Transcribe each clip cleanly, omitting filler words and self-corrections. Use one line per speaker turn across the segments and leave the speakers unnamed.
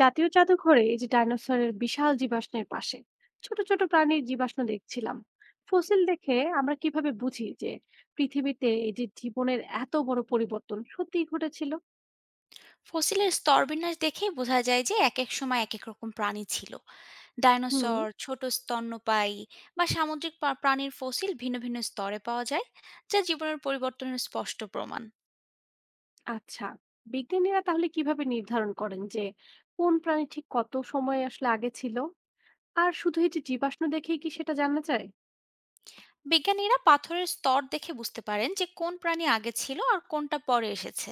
জাতীয় জাদুঘরে এই যে ডাইনোসরের বিশাল জীবাশ্মের পাশে ছোট ছোট প্রাণীর জীবাশ্ম দেখছিলাম। ফসিল দেখে আমরা কিভাবে বুঝি যে পৃথিবীতে এই যে জীবনের এত বড় পরিবর্তন সত্যিই ঘটেছিল?
ফসিলের স্তরবিন্যাস দেখেই বোঝা যায় যে এক এক সময় এক এক রকম প্রাণী ছিল।
হুম।
ডাইনোসর, ছোট স্তন্যপায়ী বা সামুদ্রিক প্রাণীর ফসিল ভিন্ন ভিন্ন স্তরে পাওয়া যায়, যা জীবনের পরিবর্তনের স্পষ্ট প্রমাণ।
আচ্ছা, বিজ্ঞানীরা তাহলে কিভাবে নির্ধারণ করেন যে কোন প্রাণী ঠিক কত সময় আসলে আগে ছিল? আর শুধু এই যে জীবাশ্ম দেখেই কি সেটা জানা যায়?
বিজ্ঞানীরা পাথরের স্তর দেখে বুঝতে পারেন যে কোন প্রাণী আগে ছিল আর কোনটা পরে এসেছে।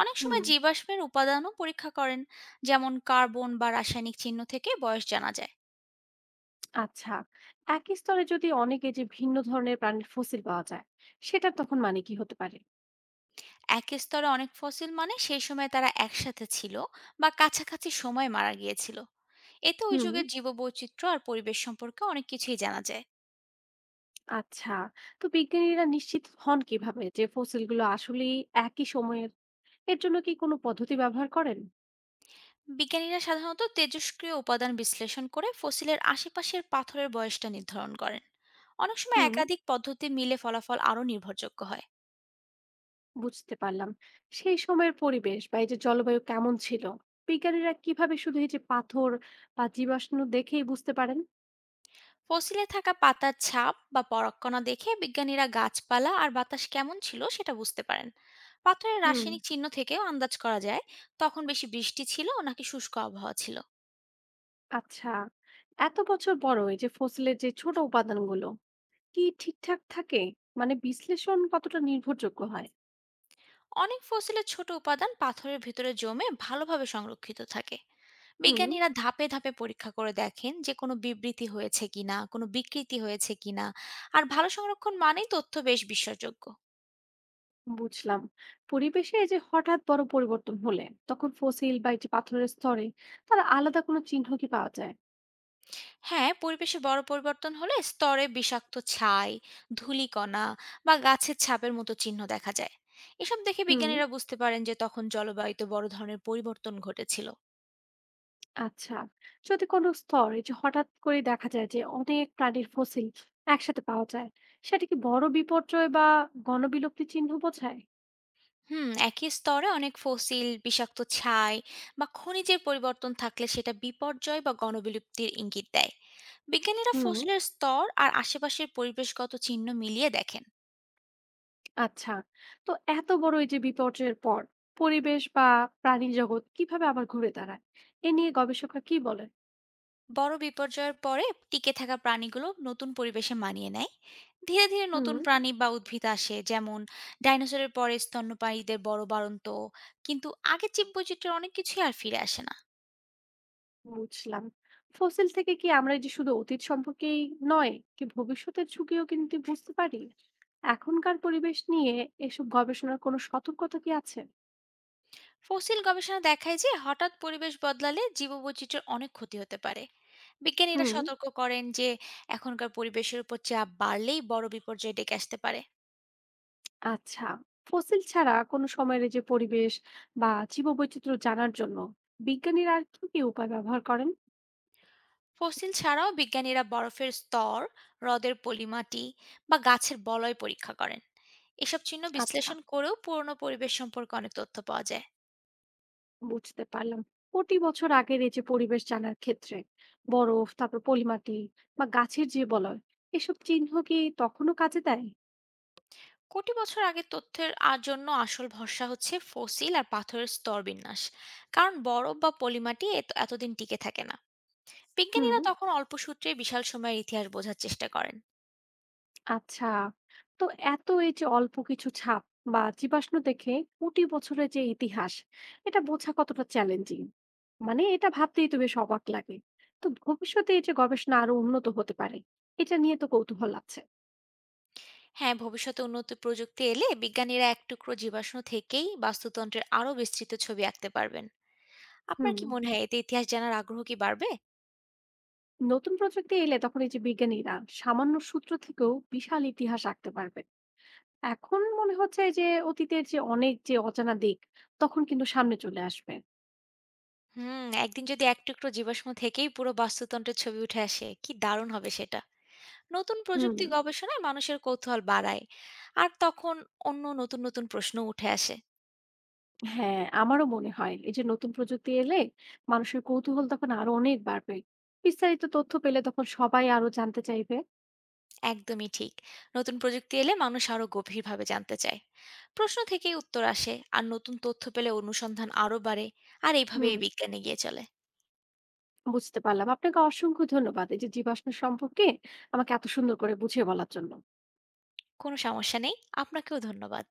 অনেক সময়
হুম।
জীবাশ্মের উপাদানও পরীক্ষা করেন, যেমন কার্বন বা রাসায়নিক চিহ্ন থেকে বয়স জানা যায়।
আচ্ছা, একই স্তরে যদি অনেক এই যে ভিন্ন ধরনের প্রাণীর ফসিল পাওয়া যায়, সেটার তখন মানে কি হতে পারে?
এক স্তরে অনেক ফসিল মানে সেই সময় তারা একসাথে ছিল, বা কাছাকাছি সময় মারা গিয়েছিল। এতে ওই
হুম।
যুগের জীববৈচিত্র্য আর পরিবেশ সম্পর্কে অনেক কিছুই জানা যায়।
আচ্ছা, তো বিজ্ঞানীরা নিশ্চিত হন কিভাবে যে ফসিলগুলো আসলেই একই সময়ের? এর জন্য কি কোনো পদ্ধতি ব্যবহার করেন?
বিজ্ঞানীরা সাধারণত তেজস্ক্রিয় উপাদান বিশ্লেষণ করে ফসিলের আশেপাশের পাথরের বয়সটা নির্ধারণ করেন। অনেক সময়
হুম,
একাধিক পদ্ধতি মিলে ফলাফল আরও নির্ভরযোগ্য হয়।
বুঝতে পারলাম। সেই সময়ের পরিবেশ বা এই যে জলবায়ু কেমন ছিল? বিজ্ঞানীরা কিভাবে শুধু এই যে পাথর বা জীবাশ্ম দেখেই বুঝতে পারেন?
ফসিলে থাকা পাতার ছাপ বা পরাগকণা দেখে বিজ্ঞানীরা গাছপালা আর বাতাস কেমন ছিল সেটা বুঝতে পারেন। পাথরের
হুম,
রাসায়নিক চিহ্ন থেকেও আন্দাজ করা যায় তখন বেশি বৃষ্টি ছিল নাকি শুষ্ক আবহাওয়া ছিল।
আচ্ছা। এত বছর বড় এই যে ফসিলের যে ছোট উপাদানগুলো কি ঠিকঠাক থাকে? মানে বিশ্লেষণ কতটা নির্ভরযোগ্য হয়?
অনেক ফসিলের ছোট উপাদান পাথরের ভিতরে জমে ভালোভাবে সংরক্ষিত থাকে।
হুম।
বিজ্ঞানীরা ধাপে ধাপে পরীক্ষা করে দেখেন যে কোনো বিবৃতি হয়েছে কিনা, কোনো বিকৃতি হয়েছে কিনা। আর ভালো সংরক্ষণ মানেই তথ্য বেশ বিশ্বাসযোগ্য।
বুঝলাম। পরিবেশে এই যে হঠাৎ বড় পরিবর্তন হলে তখন ফসিল বা এই যে পাথরের স্তরে তার আলাদা কোনো চিহ্ন কি পাওয়া যায়?
হ্যাঁ, পরিবেশে বড় পরিবর্তন হলে স্তরে বিষাক্ত ছাই, ধূলিকণা বা গাছের ছাপের মতো চিহ্ন দেখা যায়। এসব দেখে
হুম।
বিজ্ঞানীরা বুঝতে পারেন যে তখন জলবায়ুতে বড় ধরনের পরিবর্তন ঘটেছিল।
আচ্ছা, যদি কোনো স্তর এই যে হঠাৎ করে দেখা যায় যে অনেক প্রাণীর ফসিল একসাথে পাওয়া যায়, সেটা কি বড় বিপর্যয় বা গণবিলুপ্তি চিহ্ন বোঝায়?
হুম, একই স্তরে অনেক ফসিল, বিষাক্ত ছাই বা খনিজের পরিবর্তন থাকলে সেটা বিপর্যয় বা গণবিলুপ্তির ইঙ্গিত দেয়। বিজ্ঞানীরা
হুম।
ফসলের স্তর আর আশেপাশের পরিবেশগত চিহ্ন মিলিয়ে দেখেন।
আচ্ছা, তো এত বড় এই যে বিপর্যয়ের পর পরিবেশ বা প্রাণী জগৎ কিভাবে আবার ঘুরে দাঁড়ায়, এ নিয়ে গবেষকরা কি বলেন?
বড় বিপর্যয়ের পরে টিকে থাকা প্রাণীগুলো নতুন পরিবেশে মানিয়ে নেয়। ধীরে ধীরে
হুম,
নতুন প্রাণী বা উদ্ভিদ আসে, যেমন ডাইনোসরের পরে স্তন্যপায়ীদের বড় বাড়ন্ত। কিন্তু আগের জীববৈচিত্র্যের অনেক কিছুই আর ফিরে আসে না।
বুঝলাম। ফসিল থেকে কি আমরা এই যে শুধু অতীত সম্পর্কেই নয়, কি ভবিষ্যতের ঝুঁকিও কিন্তু বুঝতে পারি? এখনকার পরিবেশ নিয়ে এসব গবেষণার কোনো সতর্কতা কি আছে?
ফসিল গবেষণা দেখায় যে হঠাৎ পরিবেশ বদলালে জীববৈচিত্র্যের অনেক ক্ষতি হতে পারে। বিজ্ঞানীরা
হুম।
সতর্ক করেন যে এখনকার পরিবেশের উপর চাপ বাড়লেই বড় বিপর্যয় ডেকে আসতে পারে।
আচ্ছা, ফসিল ছাড়া কোনো সময়ের এই যে পরিবেশ বা জীববৈচিত্র্য জানার জন্য বিজ্ঞানীরা আর কি কি উপায় ব্যবহার করেন?
ফসিল ছাড়াও বিজ্ঞানীরা বরফের স্তর, হ্রদের পলিমাটি বা গাছের বলয় পরীক্ষা করেন। এসব চিহ্ন
আচ্ছা,
বিশ্লেষণ করেও পুরনো পরিবেশ সম্পর্কে অনেক তথ্য পাওয়া যায়।
বুঝতে পারলাম। কোটি বছর আগের এই যে পরিবেশ জানার ক্ষেত্রে বরফ, তারপর পলিমাটি বা গাছের যে বলয়, এসব চিহ্ন কি তখনও কাজে দেয়?
কোটি বছর আগের তথ্যের আর জন্য আসল ভরসা হচ্ছে ফসিল আর পাথরের স্তর বিন্যাস। কারণ বরফ বা পলিমাটি এতদিন টিকে থাকে না।
হুম।
বিজ্ঞানীরা তখন অল্প সূত্রে বিশাল সময়ের ইতিহাস বোঝার চেষ্টা করেন।
আচ্ছা, তো এত এই যে অল্প কিছু ছাপ বা জীবাশ্ম দেখে কোটি বছরের যে ইতিহাস, এটা বোঝা কতটা চ্যালেঞ্জিং? মানে এটা ভাবতেই তো বেশ অবাক লাগে। তো ভবিষ্যতে এই যে গবেষণা আরো উন্নত হতে পারে, এটা নিয়ে তো কৌতূহল আছে।
হ্যাঁ, ভবিষ্যতে উন্নত প্রযুক্তি এলে বিজ্ঞানীরা এক টুকরো জীবাশ্ম থেকেই বাস্তুতন্ত্রের আরও বিস্তৃত ছবি আঁকতে পারবেন। আপনার
হুম।
কি মনে হয় এতে ইতিহাস জানার আগ্রহ কি বাড়বে?
নতুন প্রযুক্তি এলে তখন এই যে বিজ্ঞানীরা সামান্য সূত্র থেকেও বিশাল ইতিহাস আঁকতে পারবে। এখন মনে হচ্ছে যে অতীতের যে অনেক অজানা দিক তখন কিন্তু সামনে চলে আসবে।
হুম, একদিন যদি এক টুকরো জীবাশ্ম থেকেই পুরো বাস্তুতন্ত্রের ছবি উঠে আসে, কি দারুণ হবে সেটা। নতুন
হুম।
প্রযুক্তি গবেষণায় মানুষের কৌতূহল বাড়ায়। আর তখন অন্য নতুন নতুন প্রশ্ন উঠে আসে।
হ্যাঁ, আমারও মনে হয় এই যে নতুন প্রযুক্তি এলে মানুষের কৌতূহল তখন আরো অনেক বাড়বে। বিস্তারিত তথ্য পেলে তখন সবাই আরো জানতে চাইবে।
একদমই ঠিক। নতুন প্রযুক্তি এলে মানুষ আরো গভীরভাবে জানতে চায়। প্রশ্ন থেকেই উত্তর আসে, আর নতুন তথ্য পেলে অনুসন্ধান আরো বাড়ে। আর এইভাবে
হুম,
এই বিজ্ঞান এগিয়ে চলে।
বুঝতে পারলাম। আপনাকে অসংখ্য ধন্যবাদ এই যে জীবাশ্ম সম্পর্কে আমাকে এত সুন্দর করে বুঝিয়ে বলার জন্য।
কোনো সমস্যা নেই। আপনাকেও ধন্যবাদ।